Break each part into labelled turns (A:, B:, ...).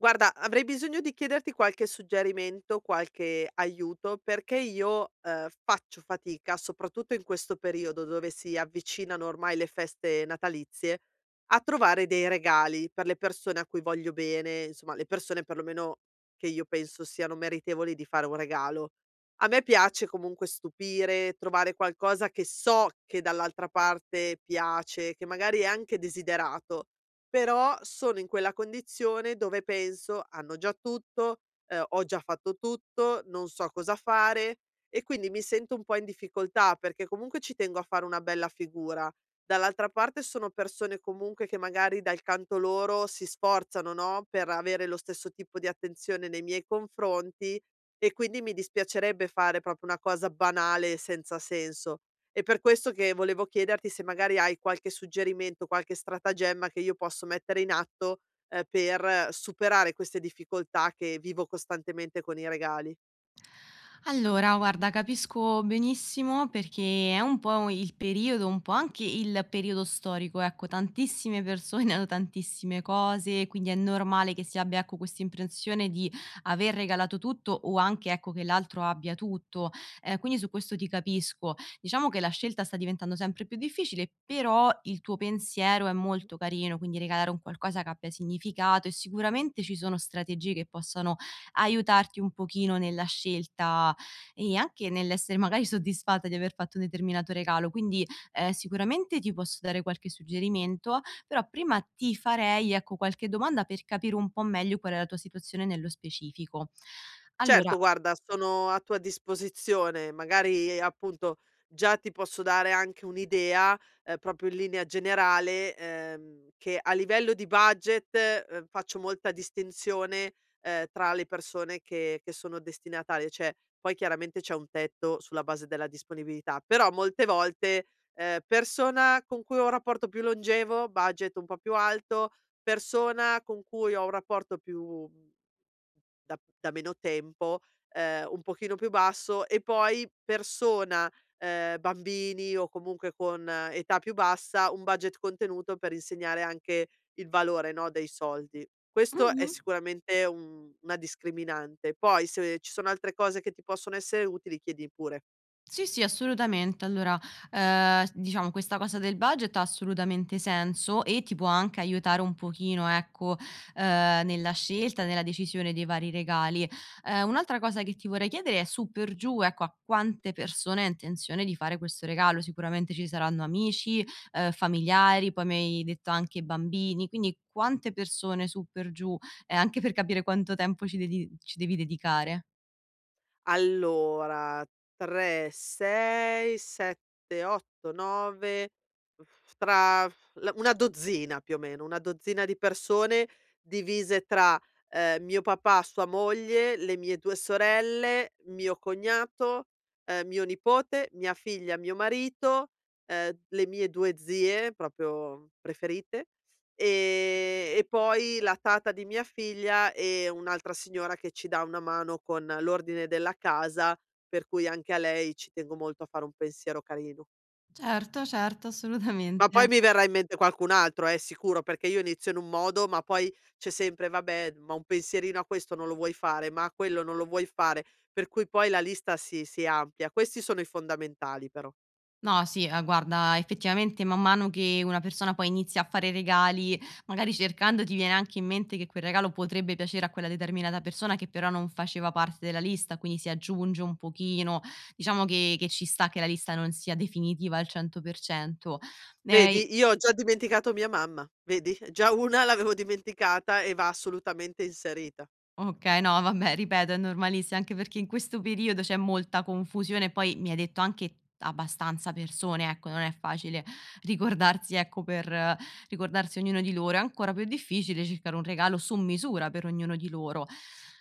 A: Guarda, avrei bisogno di chiederti qualche suggerimento, qualche aiuto, perché io, faccio fatica, soprattutto in questo periodo dove si avvicinano ormai le feste natalizie, a trovare dei regali per le persone a cui voglio bene, insomma le persone perlomeno che io penso siano meritevoli di fare un regalo. A me piace comunque stupire, trovare qualcosa che so che dall'altra parte piace, che magari è anche desiderato, però sono in quella condizione dove penso: "Hanno già tutto, ho già fatto tutto, non so cosa fare", e quindi mi sento un po' in difficoltà, perché comunque ci tengo a fare una bella figura. Dall'altra parte sono persone comunque che magari dal canto loro si sforzano, no, per avere lo stesso tipo di attenzione nei miei confronti, e quindi mi dispiacerebbe fare proprio una cosa banale e senza senso. È per questo che volevo chiederti se magari hai qualche suggerimento, qualche stratagemma che io posso mettere in atto, per superare queste difficoltà che vivo costantemente con i regali.
B: Allora, guarda, capisco benissimo perché è un po' il periodo, un po' anche il periodo storico, ecco, tantissime persone hanno tantissime cose, quindi è normale che si abbia, ecco, questa impressione di aver regalato tutto o anche, ecco, che l'altro abbia tutto. Quindi su questo ti capisco. Diciamo che la scelta sta diventando sempre più difficile, però il tuo pensiero è molto carino, quindi regalare un qualcosa che abbia significato e sicuramente ci sono strategie che possano aiutarti un pochino nella scelta e anche nell'essere magari soddisfatta di aver fatto un determinato regalo. Quindi, sicuramente ti posso dare qualche suggerimento, però prima ti farei, ecco, qualche domanda per capire un po' meglio qual è la tua situazione nello specifico.
A: Certo,
B: Allora
A: guarda, sono a tua disposizione. Magari, appunto, già ti posso dare anche un'idea, proprio in linea generale, che a livello di budget, faccio molta distinzione, tra le persone che sono destinatarie, cioè poi chiaramente c'è un tetto sulla base della disponibilità, però molte volte, persona con cui ho un rapporto più longevo, budget un po' più alto, persona con cui ho un rapporto più da meno tempo, un pochino più basso, e poi persona, bambini o comunque con età più bassa, un budget contenuto per insegnare anche il valore, no, dei soldi. Questo è
B: mh-mh.
A: sicuramente un una discriminante. Poi se ci sono altre cose che ti possono essere utili, chiedi pure.
B: Sì, sì, assolutamente. Allora, diciamo questa cosa del budget ha assolutamente senso e ti può anche aiutare un pochino, ecco, nella scelta, nella decisione dei vari regali. Un'altra cosa che ti vorrei chiedere è su per giù, ecco, a quante persone hai intenzione di fare questo regalo. Sicuramente ci saranno amici, familiari, poi mi hai detto anche bambini, quindi quante persone su per giù, anche per capire quanto tempo ci dedi ci devi dedicare.
A: Allora, 3, 6, 7, 8, 9, tra la una dozzina più o meno, una dozzina di persone divise tra, mio papà, sua moglie, le mie 2 sorelle, mio cognato, mio nipote, mia figlia, mio marito, le mie 2 zie proprio preferite, e poi la tata di mia figlia e un'altra signora che ci dà una mano con l'ordine della casa, per cui anche a lei ci tengo molto a fare un pensiero carino.
B: Certo, certo,
A: Ma
B: assolutamente.
A: poi mi verrà in mente qualcun altro, sicuro, perché io inizio in un modo, ma poi c'è sempre: "Vabbè, ma un pensierino a questo non lo vuoi fare, ma a quello non lo vuoi fare", per cui poi la lista si amplia. Questi sono i fondamentali però.
B: No, sì, guarda, effettivamente man mano che una persona poi inizia a fare regali, magari cercando ti viene anche in mente che quel regalo potrebbe piacere a quella determinata persona che però non faceva parte della lista, quindi si aggiunge un pochino. Diciamo che ci sta che la lista non sia definitiva al 100%. Ehm
A: Vedi, io ho già dimenticato mia mamma, vedi? Già una l'avevo dimenticata e va assolutamente inserita.
B: Okay, no vabbè ripeto è normalissimo, anche perché in questo periodo c'è molta confusione, poi mi hai detto anche abbastanza persone, ecco, non è facile ricordarsi ecco, per ricordarsi ognuno di loro, è ancora più difficile cercare un regalo su misura per ognuno di loro.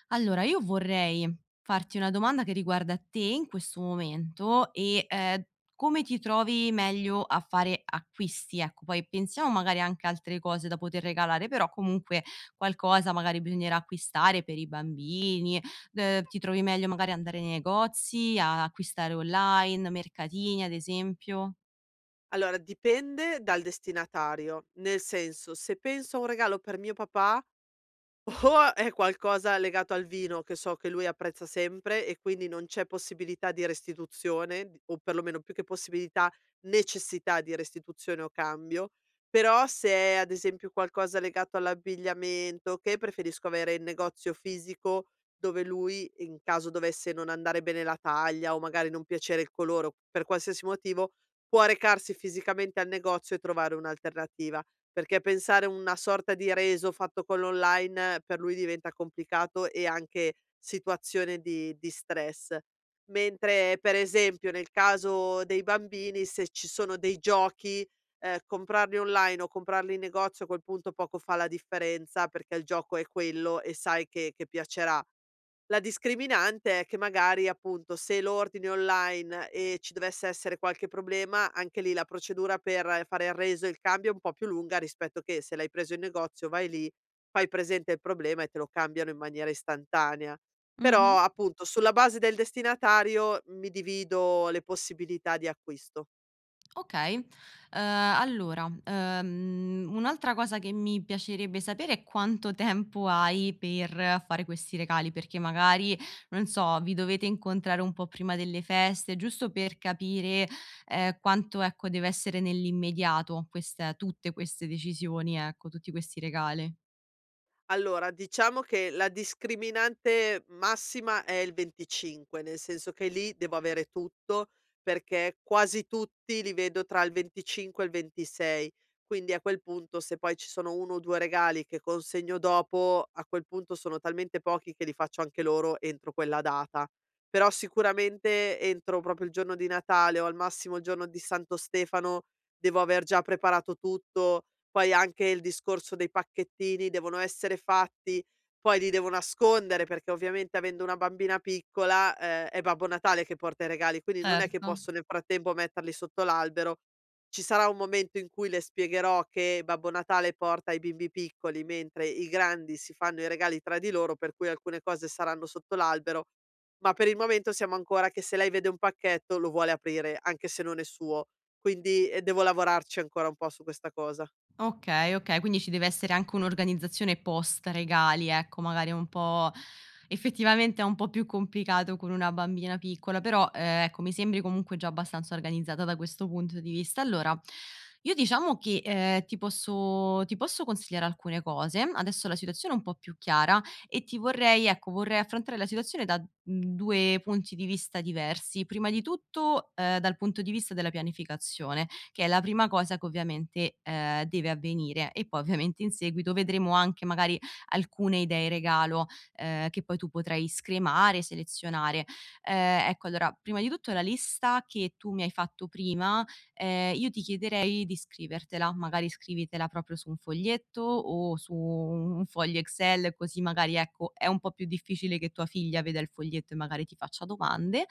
B: Allora io vorrei farti una domanda che riguarda te in questo momento e, come ti trovi meglio a fare acquisti, ecco, poi pensiamo magari anche a altre cose da poter regalare, però comunque qualcosa magari bisognerà acquistare per i bambini, ti trovi meglio magari andare nei negozi, a acquistare online, mercatini ad esempio?
A: Allora, dipende dal destinatario, nel senso, se penso a un regalo per mio papà, o è qualcosa legato al vino, che so che lui apprezza sempre e quindi non c'è possibilità di restituzione, d o perlomeno più che possibilità, necessità di restituzione o cambio. Però se è ad esempio qualcosa legato all'abbigliamento, che preferisco avere il negozio fisico dove lui, in caso dovesse non andare bene la taglia o magari non piacere il colore o per qualsiasi motivo, può recarsi fisicamente al negozio e trovare un'alternativa. Perché pensare a una sorta di reso fatto con l'online per lui diventa complicato e anche situazione di stress. Mentre per esempio nel caso dei bambini, se ci sono dei giochi, comprarli online o comprarli in negozio a quel punto poco fa la differenza, perché il gioco è quello e sai che piacerà. La discriminante è che magari, appunto, se lo ordini online e ci dovesse essere qualche problema, anche lì la procedura per fare il reso e il cambio è un po' più lunga rispetto che se l'hai preso in negozio, vai lì, fai presente il problema e te lo cambiano in maniera istantanea. Però,
B: Mh-mh.
A: appunto, sulla base del destinatario mi divido le possibilità di acquisto.
B: Okay, allora, un'altra cosa che mi piacerebbe sapere è quanto tempo hai per fare questi regali, perché magari, non so, vi dovete incontrare un po' prima delle feste, giusto per capire, quanto, ecco, deve essere nell'immediato queste tutte queste decisioni, ecco, tutti questi regali.
A: Allora, diciamo che la discriminante massima è il 25, nel senso che lì devo avere tutto, perché quasi tutti li vedo tra il 25 e il 26. Quindi a quel punto se poi ci sono 1 o 2 regali che consegno dopo, a quel punto sono talmente pochi che li faccio anche loro entro quella data. Però sicuramente entro proprio il giorno di Natale o al massimo il giorno di Santo Stefano devo aver già preparato tutto, poi anche il discorso dei pacchettini, devono essere fatti, poi li devo nascondere perché ovviamente avendo una bambina piccola, è Babbo Natale che porta i regali, quindi non è che
B: Certo.
A: posso nel frattempo metterli sotto l'albero. Ci sarà un momento in cui le spiegherò che Babbo Natale porta i bimbi piccoli, mentre i grandi si fanno i regali tra di loro, per cui alcune cose saranno sotto l'albero, ma per il momento siamo ancora che se lei vede un pacchetto lo vuole aprire, anche se non è suo. Quindi, devo lavorarci ancora un po' su questa cosa.
B: Okay, okay, quindi ci deve essere anche un'organizzazione post regali, ecco, magari un po' effettivamente è un po' più complicato con una bambina piccola, però, ecco, mi sembri comunque già abbastanza organizzata da questo punto di vista. Allora, io diciamo che, ti posso consigliare alcune cose. Adesso la situazione è un po' più chiara e ti vorrei ecco, vorrei affrontare la situazione da, 2 punti di vista diversi. Prima di tutto, dal punto di vista della pianificazione, che è la prima cosa che ovviamente, deve avvenire. E poi ovviamente in seguito vedremo anche magari alcune idee regalo, che poi tu potrai scremare, selezionare. Ecco allora, prima di tutto la lista che tu mi hai fatto prima, io ti chiederei di scrivertela, magari scrivitela proprio su un foglietto o su un foglio Excel, così magari ecco, è un po' più difficile che tua figlia veda il foglietto e magari ti faccia domande.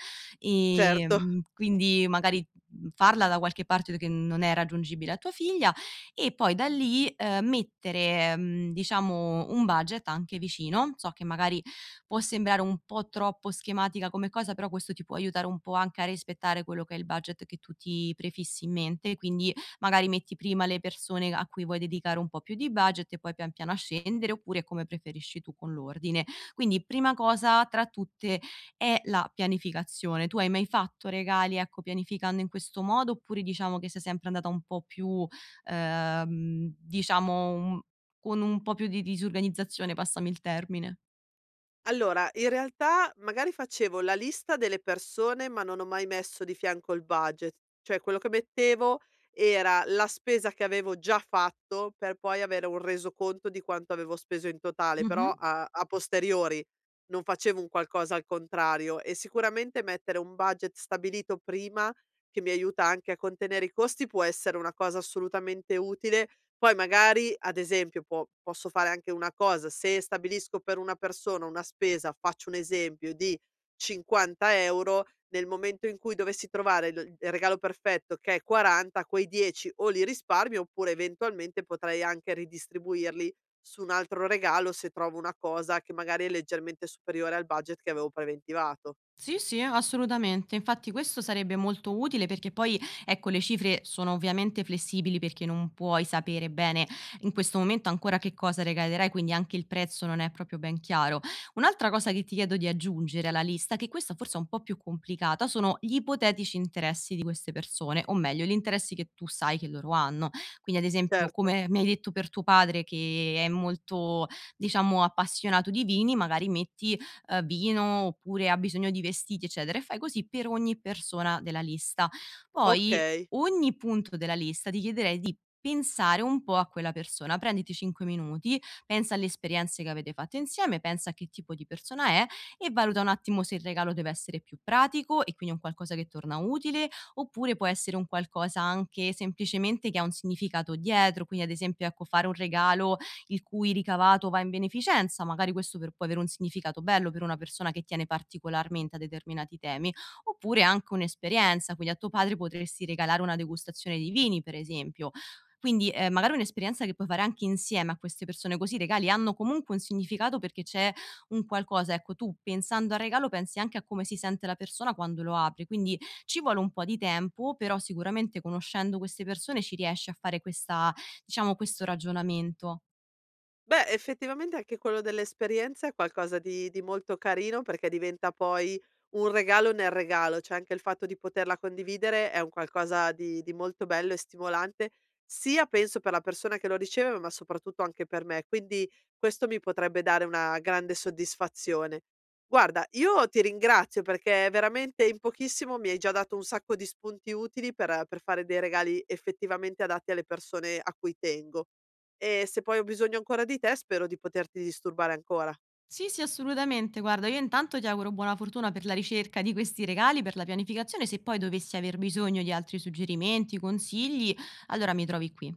A: Certo.
B: Quindi magari farla da qualche parte che non è raggiungibile a tua figlia e poi da lì, mettere, diciamo un budget anche vicino. So che magari può sembrare un po' troppo schematica come cosa, però questo ti può aiutare un po' anche a rispettare quello che è il budget che tu ti prefissi in mente, quindi magari metti prima le persone a cui vuoi dedicare un po' più di budget e poi pian piano a scendere, oppure come preferisci tu con l'ordine. Quindi prima cosa tra tutte è la pianificazione. Tu hai mai fatto regali, ecco, pianificando in questo modo, oppure diciamo che sei sempre andata un po' più, diciamo, un con un po' più di disorganizzazione, passami il termine?
A: Allora, in realtà magari facevo la lista delle persone, ma non ho mai messo di fianco il budget. Cioè quello che mettevo era la spesa che avevo già fatto per poi avere un resoconto di quanto avevo speso in totale,
B: Mh-mh.
A: però a a posteriori, non facevo un qualcosa al contrario, e sicuramente mettere un budget stabilito prima, che mi aiuta anche a contenere i costi, può essere una cosa assolutamente utile. Poi magari, ad esempio, può posso fare anche una cosa: se stabilisco per una persona una spesa, faccio un esempio, di 50 €, nel momento in cui dovessi trovare il regalo perfetto che è 40, quei 10 o li risparmio oppure eventualmente potrei anche ridistribuirli su un altro regalo se trovo una cosa che magari è leggermente superiore al budget che avevo preventivato.
B: Sì, sì, assolutamente. Infatti questo sarebbe molto utile perché poi, ecco, le cifre sono ovviamente flessibili perché non puoi sapere bene in questo momento ancora che cosa regalerai, quindi anche il prezzo non è proprio ben chiaro. Un'altra cosa che ti chiedo di aggiungere alla lista, che questa forse è un po' più complicata, sono gli ipotetici interessi di queste persone, o meglio, gli interessi che tu sai che loro hanno. Quindi, ad esempio,
A: Certo,
B: come mi hai detto per tuo padre che è molto, diciamo, appassionato di vini, magari metti vino oppure ha bisogno di vestiti, eccetera, e fai così per ogni persona della lista. Poi
A: okay.
B: ogni punto della lista ti chiederei di pensare un po' a quella persona. Prenditi 5 minuti, pensa alle esperienze che avete fatto insieme, pensa a che tipo di persona è e valuta un attimo se il regalo deve essere più pratico e quindi un qualcosa che torna utile, oppure può essere un qualcosa anche semplicemente che ha un significato dietro, quindi ad esempio, ecco, fare un regalo il cui ricavato va in beneficenza, magari questo per può avere un significato bello per una persona che tiene particolarmente a determinati temi, oppure anche un'esperienza, quindi a tuo padre potresti regalare una degustazione di vini, per esempio. Quindi, magari un'esperienza che puoi fare anche insieme a queste persone, così i regali hanno comunque un significato perché c'è un qualcosa, ecco, tu pensando al regalo pensi anche a come si sente la persona quando lo apre, quindi ci vuole un po' di tempo, però sicuramente conoscendo queste persone ci riesci a fare questa diciamo questo ragionamento.
A: Beh, effettivamente anche quello dell'esperienza è qualcosa di molto carino, perché diventa poi un regalo nel regalo, cioè anche il fatto di poterla condividere è un qualcosa di molto bello e stimolante, sia penso per la persona che lo riceve, ma soprattutto anche per me, quindi questo mi potrebbe dare una grande soddisfazione. Guarda, io ti ringrazio perché veramente in pochissimo mi hai già dato un sacco di spunti utili per fare dei regali effettivamente adatti alle persone a cui tengo. E se poi ho bisogno ancora di te, spero di poterti disturbare ancora.
B: Sì, sì, assolutamente. Guarda, io intanto ti auguro buona fortuna per la ricerca di questi regali, per la pianificazione. Se poi dovessi aver bisogno di altri suggerimenti, consigli, allora mi trovi qui.